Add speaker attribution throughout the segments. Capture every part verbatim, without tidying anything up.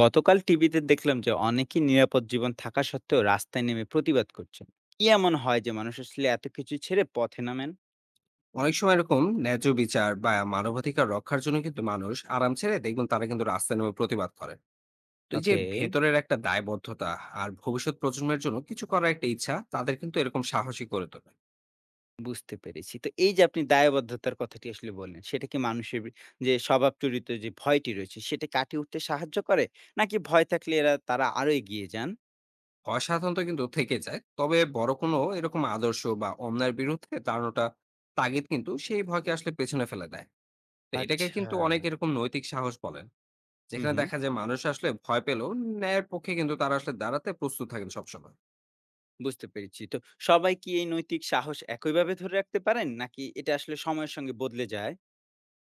Speaker 1: গতকাল টিভিতে দেখলাম যে অনেকেই নিরাপদ জীবন থাকা সত্ত্বেও রাস্তায় নেমে প্রতিবাদ করছেন। কি এমন হয় যে মানুষ আসলে এত কিছু ছেড়ে পথে নামেন?
Speaker 2: অনেক সময় এরকম ন্যায্য বিচার বা মানবাধিকার রক্ষার জন্য কিন্তু মানুষ আরাম ছেড়ে দেখবেন তারা কিন্তু রাস্তায় নেমে প্রতিবাদ করে। তো এই যে
Speaker 1: ওকে।
Speaker 2: ভেতরের একটা দায়বদ্ধতা আর ভবিষ্যৎ প্রজন্মের জন্য কিছু করার একটা ইচ্ছা তাদের কিন্তু এরকম সাহসী করে তোলে।
Speaker 1: বুঝতে পেরেছি। তো এই যে আপনি দায়বদ্ধতার কথাটি আসলে বললেন, সেটা কি মানুষের বি- যে স্বভাবচরিত যে ভয়টি রয়েছে সেটা কাটিয়ে উঠতে সাহায্য করে, নাকি ভয় থাকলে এরা তারা আরো এগিয়ে যান?
Speaker 2: ভয় সাধারণত কিন্তু থেকে যায়, তবে বড় কোনো এরকম আদর্শ বা অন্যায়ের বিরুদ্ধে দাঁড়ানোটা তাগিদ কিন্তু সেই ভয়কে আসলে পেছনে ফেলে দেয়। তো এটাকে
Speaker 1: আচ্ছা।
Speaker 2: কিন্তু অনেক এরকম নৈতিক সাহস বলেন,
Speaker 1: হুম
Speaker 2: যেখানে
Speaker 1: হুম।
Speaker 2: দেখা যায় মানুষ আসলে ভয় পেলেও ন্যায়ের পক্ষে কিন্তু তারা আসলে দাঁড়াতে প্রস্তুত থাকেন সবসময়।
Speaker 1: বুঝতে পেরেছি। তো সবাই কি এই নৈতিক সাহস একইভাবে ধরে রাখতে পারেন, নাকি এটা আসলে সময়ের সঙ্গে বদলে যায়?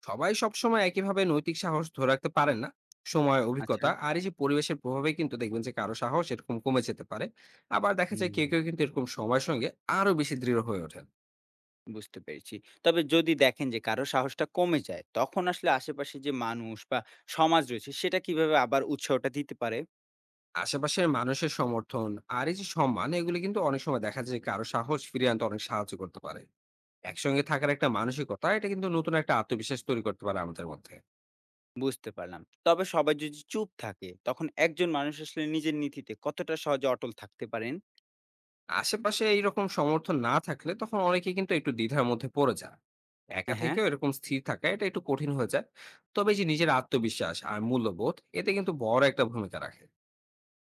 Speaker 2: সবাই সবসময় একইভাবে নৈতিক সাহস ধরে রাখতে পারেন না। সময়,
Speaker 1: আচ্ছা।
Speaker 2: অভিজ্ঞতা আর এই যে পরিবেশের প্রভাবে কিন্তু দেখবেন যে কারো সাহস এরকম কমে যেতে পারে। আবার দেখা যায়
Speaker 1: হুম।
Speaker 2: কেউ কেউ কিন্তু এরকম সময়ের সঙ্গে আরো বেশি দৃঢ় হয়ে ওঠেন।
Speaker 1: বুঝতে পেরেছি। তবে যদি দেখেন যে কারো সাহসটা কমে যায়, তখন আসলে আশেপাশে যে মানুষ বা সমাজ রয়েছে সেটা কিভাবে আবার উৎসাহটা দিতে পারে?
Speaker 2: আশেপাশের মানুষের সমর্থন আর এই যে সম্মান, এগুলো কিন্তু অনেক সময় দেখা যায় যে কারো সাহস ফিরিয়ে আনতে অনেক সাহায্য করতে পারে। একসঙ্গে থাকার একটা মানসিকতা, এটা কিন্তু নতুন একটা আত্মবিশ্বাস তৈরি করতে পারে আমাদের মধ্যে।
Speaker 1: বুঝতে পারলাম। তবে সবাই যদি চুপ থাকে, তখন একজন মানুষ আসলে নিজের নীতিতে কতটা সহজে অটল থাকতে পারেন?
Speaker 2: আশেপাশে এইরকম সমর্থন না থাকলে তখন অনেকে কিন্তু একটু দ্বিধার মধ্যে পড়ে যায়। একা
Speaker 1: হ্যাঁ, হ্যাঁ,
Speaker 2: থেকেও এরকম স্থির থাকা, এটা একটু কঠিন হয়ে যায়। তবে এই যে নিজের আত্মবিশ্বাস আর মূল্যবোধ, এতে কিন্তু বড় একটা ভূমিকা রাখে।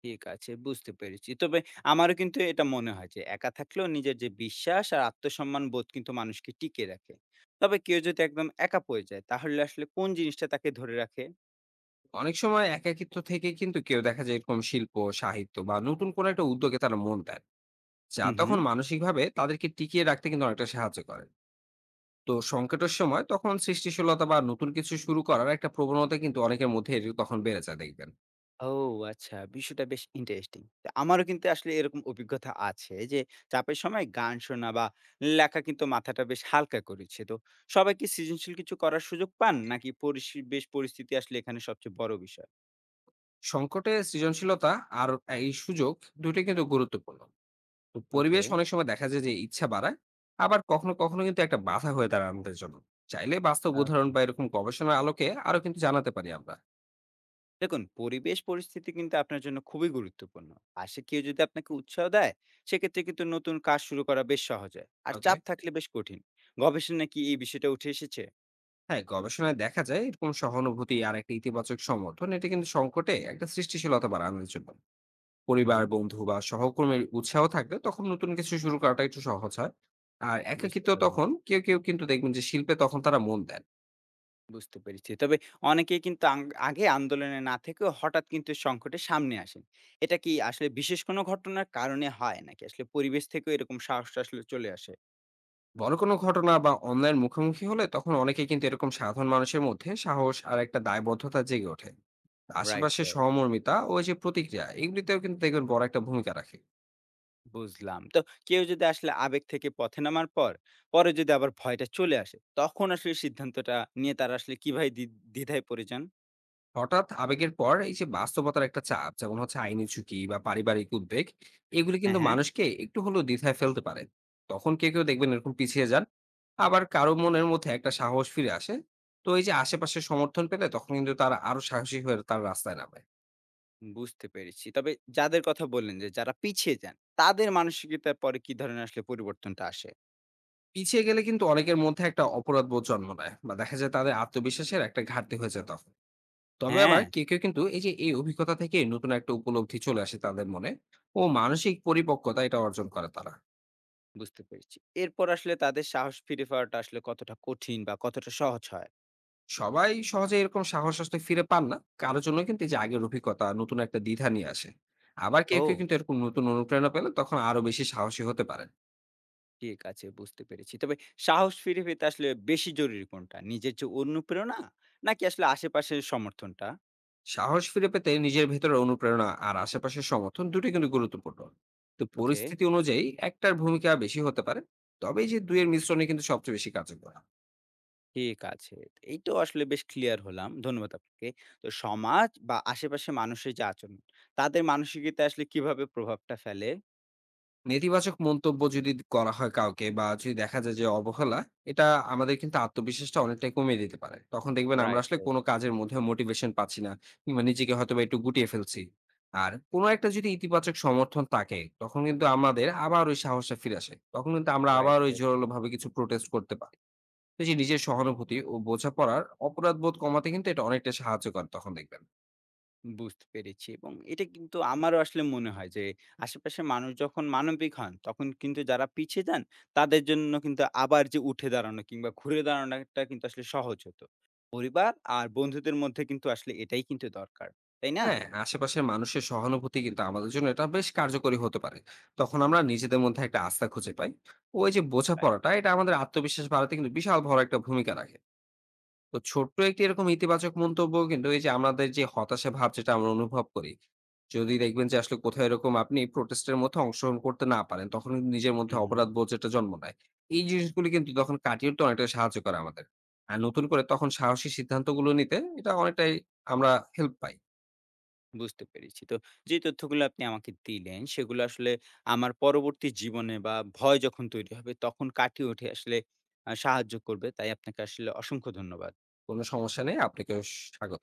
Speaker 1: ঠিক আছে, বুঝতে পেরেছি। তবে আমারও কিন্তু এটা মনে হয় যে একা থাকলেও নিজের যে বিশ্বাস আর আত্মসম্মান বোধ কিন্তু মানুষকে টিকিয়ে রাখে। তবে কেউ যদি একদম একা পড়ে যায়, তাহলে আসলে কোন জিনিসটা তাকে ধরে রাখে?
Speaker 2: অনেক সময় একাকিত্ব থেকে কিন্তু কেউ দেখা যায় এরকম শিল্প, সাহিত্য বা নতুন কোনো একটা উদ্যোগে তারা মন দেন, যা
Speaker 1: হুম, হুম।
Speaker 2: তখন মানসিকভাবে তাদেরকে টিকিয়ে রাখতে কিন্তু অনেকটা সাহায্য করে। তো সংকটের সময় তখন সৃষ্টিশীলতা বা নতুন কিছু শুরু করার একটা প্রবণতা কিন্তু অনেকের মধ্যে তখন বেড়ে যায় দেখবেন।
Speaker 1: ও আচ্ছা, বিষয়টা বেশ ইন্টারেস্টিং। তো আমারও কিন্তু আসলে এরকম অভিজ্ঞতা আছে যে, চাপের সময় গান শোনা বা লেখা কিন্তু মাথাটা বেশ হালকা করেছে। তো সবাই কি সৃজনশীল কিছু করার সুযোগ পান? নাকি পরিবেশ পরিস্থিতি আসলে এখানে সবচেয়ে বড় বিষয়?
Speaker 2: সংকটে সৃজনশীলতা আর এই সুযোগ দুটো কিন্তু গুরুত্বপূর্ণ। তো
Speaker 1: ওকে,
Speaker 2: পরিবেশ অনেক সময় দেখা যায় যে ইচ্ছা বাড়ায়, আবার কখনো কখনো কিন্তু একটা বাধা হয়ে দাঁড়ায় আমাদের জন্য। চাইলে বাস্তব উদাহরণ
Speaker 1: আচ্ছা।
Speaker 2: বা এরকম গবেষণার আলোকে আরো কিন্তু জানাতে পারি আমরা।
Speaker 1: দেখুন পরিবেশ পরিস্থিতি কিন্তু আপনার জন্য খুবই গুরুত্বপূর্ণ। পাশে কেউ যদি আপনাকে উৎসাহ দেয়, সেক্ষেত্রে কিন্তু নতুন কাজ শুরু করা বেশ সহজ হয়। আর
Speaker 2: ওকে।
Speaker 1: চাপ থাকলে বেশ কঠিন। গবেষণায় কি এই বিষয়টা উঠে এসেছে?
Speaker 2: হ্যাঁ, গবেষণায় দেখা যায় এরকম সহানুভূতি আর একটা ইতিবাচক সমর্থন, এটা কিন্তু সংকটে একটা সৃষ্টিশীলতা বাড়ানোর জন্য
Speaker 1: হুম,
Speaker 2: পরিবার,
Speaker 1: হুম,
Speaker 2: বন্ধু বা সহকর্মীর উৎসাহ থাকলে তখন নতুন কিছু শুরু করাটা একটু সহজ হয়। আর
Speaker 1: বুঝতে
Speaker 2: একাকিত্ব
Speaker 1: পারলাম।
Speaker 2: তখন কেউ কেউ কিন্তু দেখবেন যে শিল্পে তখন তারা মন দেন।
Speaker 1: বুঝতে পেরেছি। তবে অনেকেই কিন্তু আং আগে আন্দোলনে না থেকেও হঠাৎ কিন্তু সংকটের সামনে আসেন। এটা কি আসলে বিশেষ কোনো ঘটনার কারণে হয়, নাকি আসলে পরিবেশ থেকেও এরকম সাহসটা আসলে চলে আসে?
Speaker 2: বড় কোনো ঘটনা বা অন্যায়ের মুখোমুখি হলে তখন অনেকে কিন্তু এরকম সাধারণ মানুষের মধ্যে সাহস আর একটা দায়বদ্ধতা জেগে ওঠে।
Speaker 1: রাইট,
Speaker 2: আশেপাশে
Speaker 1: রাইট।
Speaker 2: সহমর্মিতা ও এই যে প্রতিক্রিয়া, এগুলিতেও কিন্তু দেখবেন বড় একটা ভূমিকা রাখে।
Speaker 1: বুঝলাম। তো কেউ যদি আসলে আবেগ থেকে পথে নামার পর, পরে যদি আবার ভয়টা চলে আসে, তখন আসলে সিদ্ধান্তটা নিয়ে তারা আসলে কিভাবে দ্বি দ্বিধায় পড়ে যান?
Speaker 2: হঠাৎ আবেগের পর এই যে বাস্তবতার একটা চাপ, যেমন হচ্ছে আইনি ঝুঁকি বা পারিবারিক উদ্বেগ, এগুলি
Speaker 1: হ্যাঁ,
Speaker 2: কিন্তু
Speaker 1: হ্যাঁ,
Speaker 2: মানুষকে একটু হলেও দ্বিধায় ফেলতে পারে। তখন কেউ কেউ দেখবেন এরকম পিছিয়ে যান, আবার কারো মনের মধ্যে একটা সাহস ফিরে আসে। তো এই যে আশেপাশে সমর্থন পেলে তখন কিন্তু তারা আরো সাহসী হয়ে তার রাস্তায় নামে।
Speaker 1: বুঝতে পেরেছি। তবে যাদের কথা বললেন যে যারা পিছিয়ে যান, তাদের মানসিকতার পরে কি ধরনের আসলে পরিবর্তনটা আসে?
Speaker 2: পিছিয়ে গেলে কিন্তু অনেকের মধ্যে একটা অপরাধবোধ জন্ম নেয় বা দেখা যায় তাদের আত্মবিশ্বাসের একটা ঘাটতি হয়ে যায় তখন। তবে আবার
Speaker 1: হ্যাঁ।
Speaker 2: কেউ কেউ কিন্তু এই যে এই অভিজ্ঞতা থেকে নতুন একটা উপলব্ধি চলে আসে তাদের মনে ও মানসিক পরিপক্কতা এটা অর্জন করে তারা।
Speaker 1: বুঝতে পেরেছি। এরপর আসলে তাদের সাহস ফিরে পাওয়াটা আসলে কতটা কঠিন বা কতটা সহজ হয়?
Speaker 2: সবাই সহজে এরকম সাহস আসতে ফিরে পান না, কারো জন্য কিন্তু এই যে আগের অভিজ্ঞতা নতুন একটা দ্বিধা নিয়ে আসে। আবার কেউ কেউ
Speaker 1: ও!
Speaker 2: কিন্তু এরকম নতুন অনুপ্রেরণা পেলে তখন আরো বেশি সাহসী হতে পারে।
Speaker 1: ঠিক আছে, বুঝতে পেরেছি। তবে সাহস ফিরে পেতে আসলে বেশি জরুরি কোনটা? নিজের যে অনুপ্রেরণা, নাকি আসলে আশেপাশের সমর্থনটা?
Speaker 2: সাহস ফিরে পেতে নিজের ভেতরের অনুপ্রেরণা আর আশেপাশের সমর্থন দুটোই কিন্তু গুরুত্বপূর্ণ। তো
Speaker 1: ওকে,
Speaker 2: পরিস্থিতি অনুযায়ী একটার ভূমিকা বেশি হতে পারে, তবে এই যে দুইয়ের মিশ্রণে কিন্তু সবচেয়ে বেশি কার্যকর।
Speaker 1: ঠিক আছে। এই তো আসলে বেশ ক্লিয়ার হলাম। ধন্যবাদ আপনাকে। তো সমাজ বা আশেপাশের মানুষের যে আচরণ, তাদের মানসিকতায় আসলে কিভাবে প্রভাবটা ফেলে?
Speaker 2: নেতিবাচক মন্তব্য যদি করা হয় কাউকে বা যদি দেখা যায় যে অবহেলা, এটা আমাদের কিন্তু আত্মবিশ্বাসটা অনেকটাই কমিয়ে দিতে পারে। তখন দেখবেন আমরা
Speaker 1: রাইট,
Speaker 2: আসলে
Speaker 1: রাইট,
Speaker 2: কোনো কাজের মধ্যে মোটিভেশন পাচ্ছি না, কিংবা নিজেকে হয়তো বা একটু গুটিয়ে ফেলছি। আর কোনো একটা যদি ইতিবাচক সমর্থন থাকে তখন কিন্তু আমাদের আবার ওই সাহসটা ফিরে আসে, তখন কিন্তু আমরা আবার
Speaker 1: রাইট,
Speaker 2: ওই
Speaker 1: রাইট।
Speaker 2: জোরালো ভাবে কিছু প্রোটেস্ট করতে পারি। তো যে নিজের সহানুভূতি ও বোঝাপড়ার অপরাধবোধ কমাতে কিন্তু এটা অনেকটা সাহায্য করে তখন দেখবেন।
Speaker 1: বুঝতে পেরেছি, এবং এটা কিন্তু আমারও আসলে মনে হয় যে আশেপাশের মানুষ যখন মানবিক হন তখন কিন্তু যারা পিছিয়ে যান তাদের জন্য কিন্তু আবার যে উঠে দাঁড়ানো কিংবা ঘুরে দাঁড়ানোটা কিন্তু আসলে সহজ হতো। পরিবার আর বন্ধুদের মধ্যে কিন্তু আসলে এটাই কিন্তু দরকার, তাই না?
Speaker 2: হ্যাঁ, আশেপাশের মানুষের সহানুভূতি কিন্তু আমাদের জন্য এটা বেশ কার্যকরী হতে পারে। তখন আমরা নিজেদের মধ্যে একটা আস্থা খুঁজে পাই। ওই যে
Speaker 1: তাই।
Speaker 2: বোঝাপড়াটা, এটা আমাদের আত্মবিশ্বাস বাড়াতে কিন্তু বিশাল বড় একটা ভূমিকা রাখে। তো ছোট্ট একটি এরকম ইতিবাচক মন্তব্য কিন্তু এই যে আমাদের যে হতাশা ভাব যেটা আমরা অনুভব করি, যদি দেখবেন যে আসলে কোথাও এরকম আপনি প্রোটেস্টের মধ্যে অংশগ্রহণ করতে না পারেন তখন কিন্তু নিজের মধ্যে
Speaker 1: হুম হুম,
Speaker 2: অপরাধ বোধ যেটা জন্ম নেয়, এই জিনিসগুলি কিন্তু তখন কাটিয়ে উঠতে অনেকটা সাহায্য করে আমাদের। আর নতুন করে তখন সাহসী সিদ্ধান্তগুলো নিতে এটা অনেকটাই আমরা হেল্প পাই।
Speaker 1: বুঝতে পেরেছি। তো যে তথ্যগুলো আপনি আমাকে দিলেন সেগুলো আসলে আমার পরবর্তী জীবনে বা ভয় যখন তৈরি হবে তখন কাটিয়ে উঠে আসলে আহ, সাহায্য করবে। তাই আপনাকে আসলে অসংখ্য ধন্যবাদ।
Speaker 2: কোনো সমস্যা নেই। আপনাকে স্বাগত।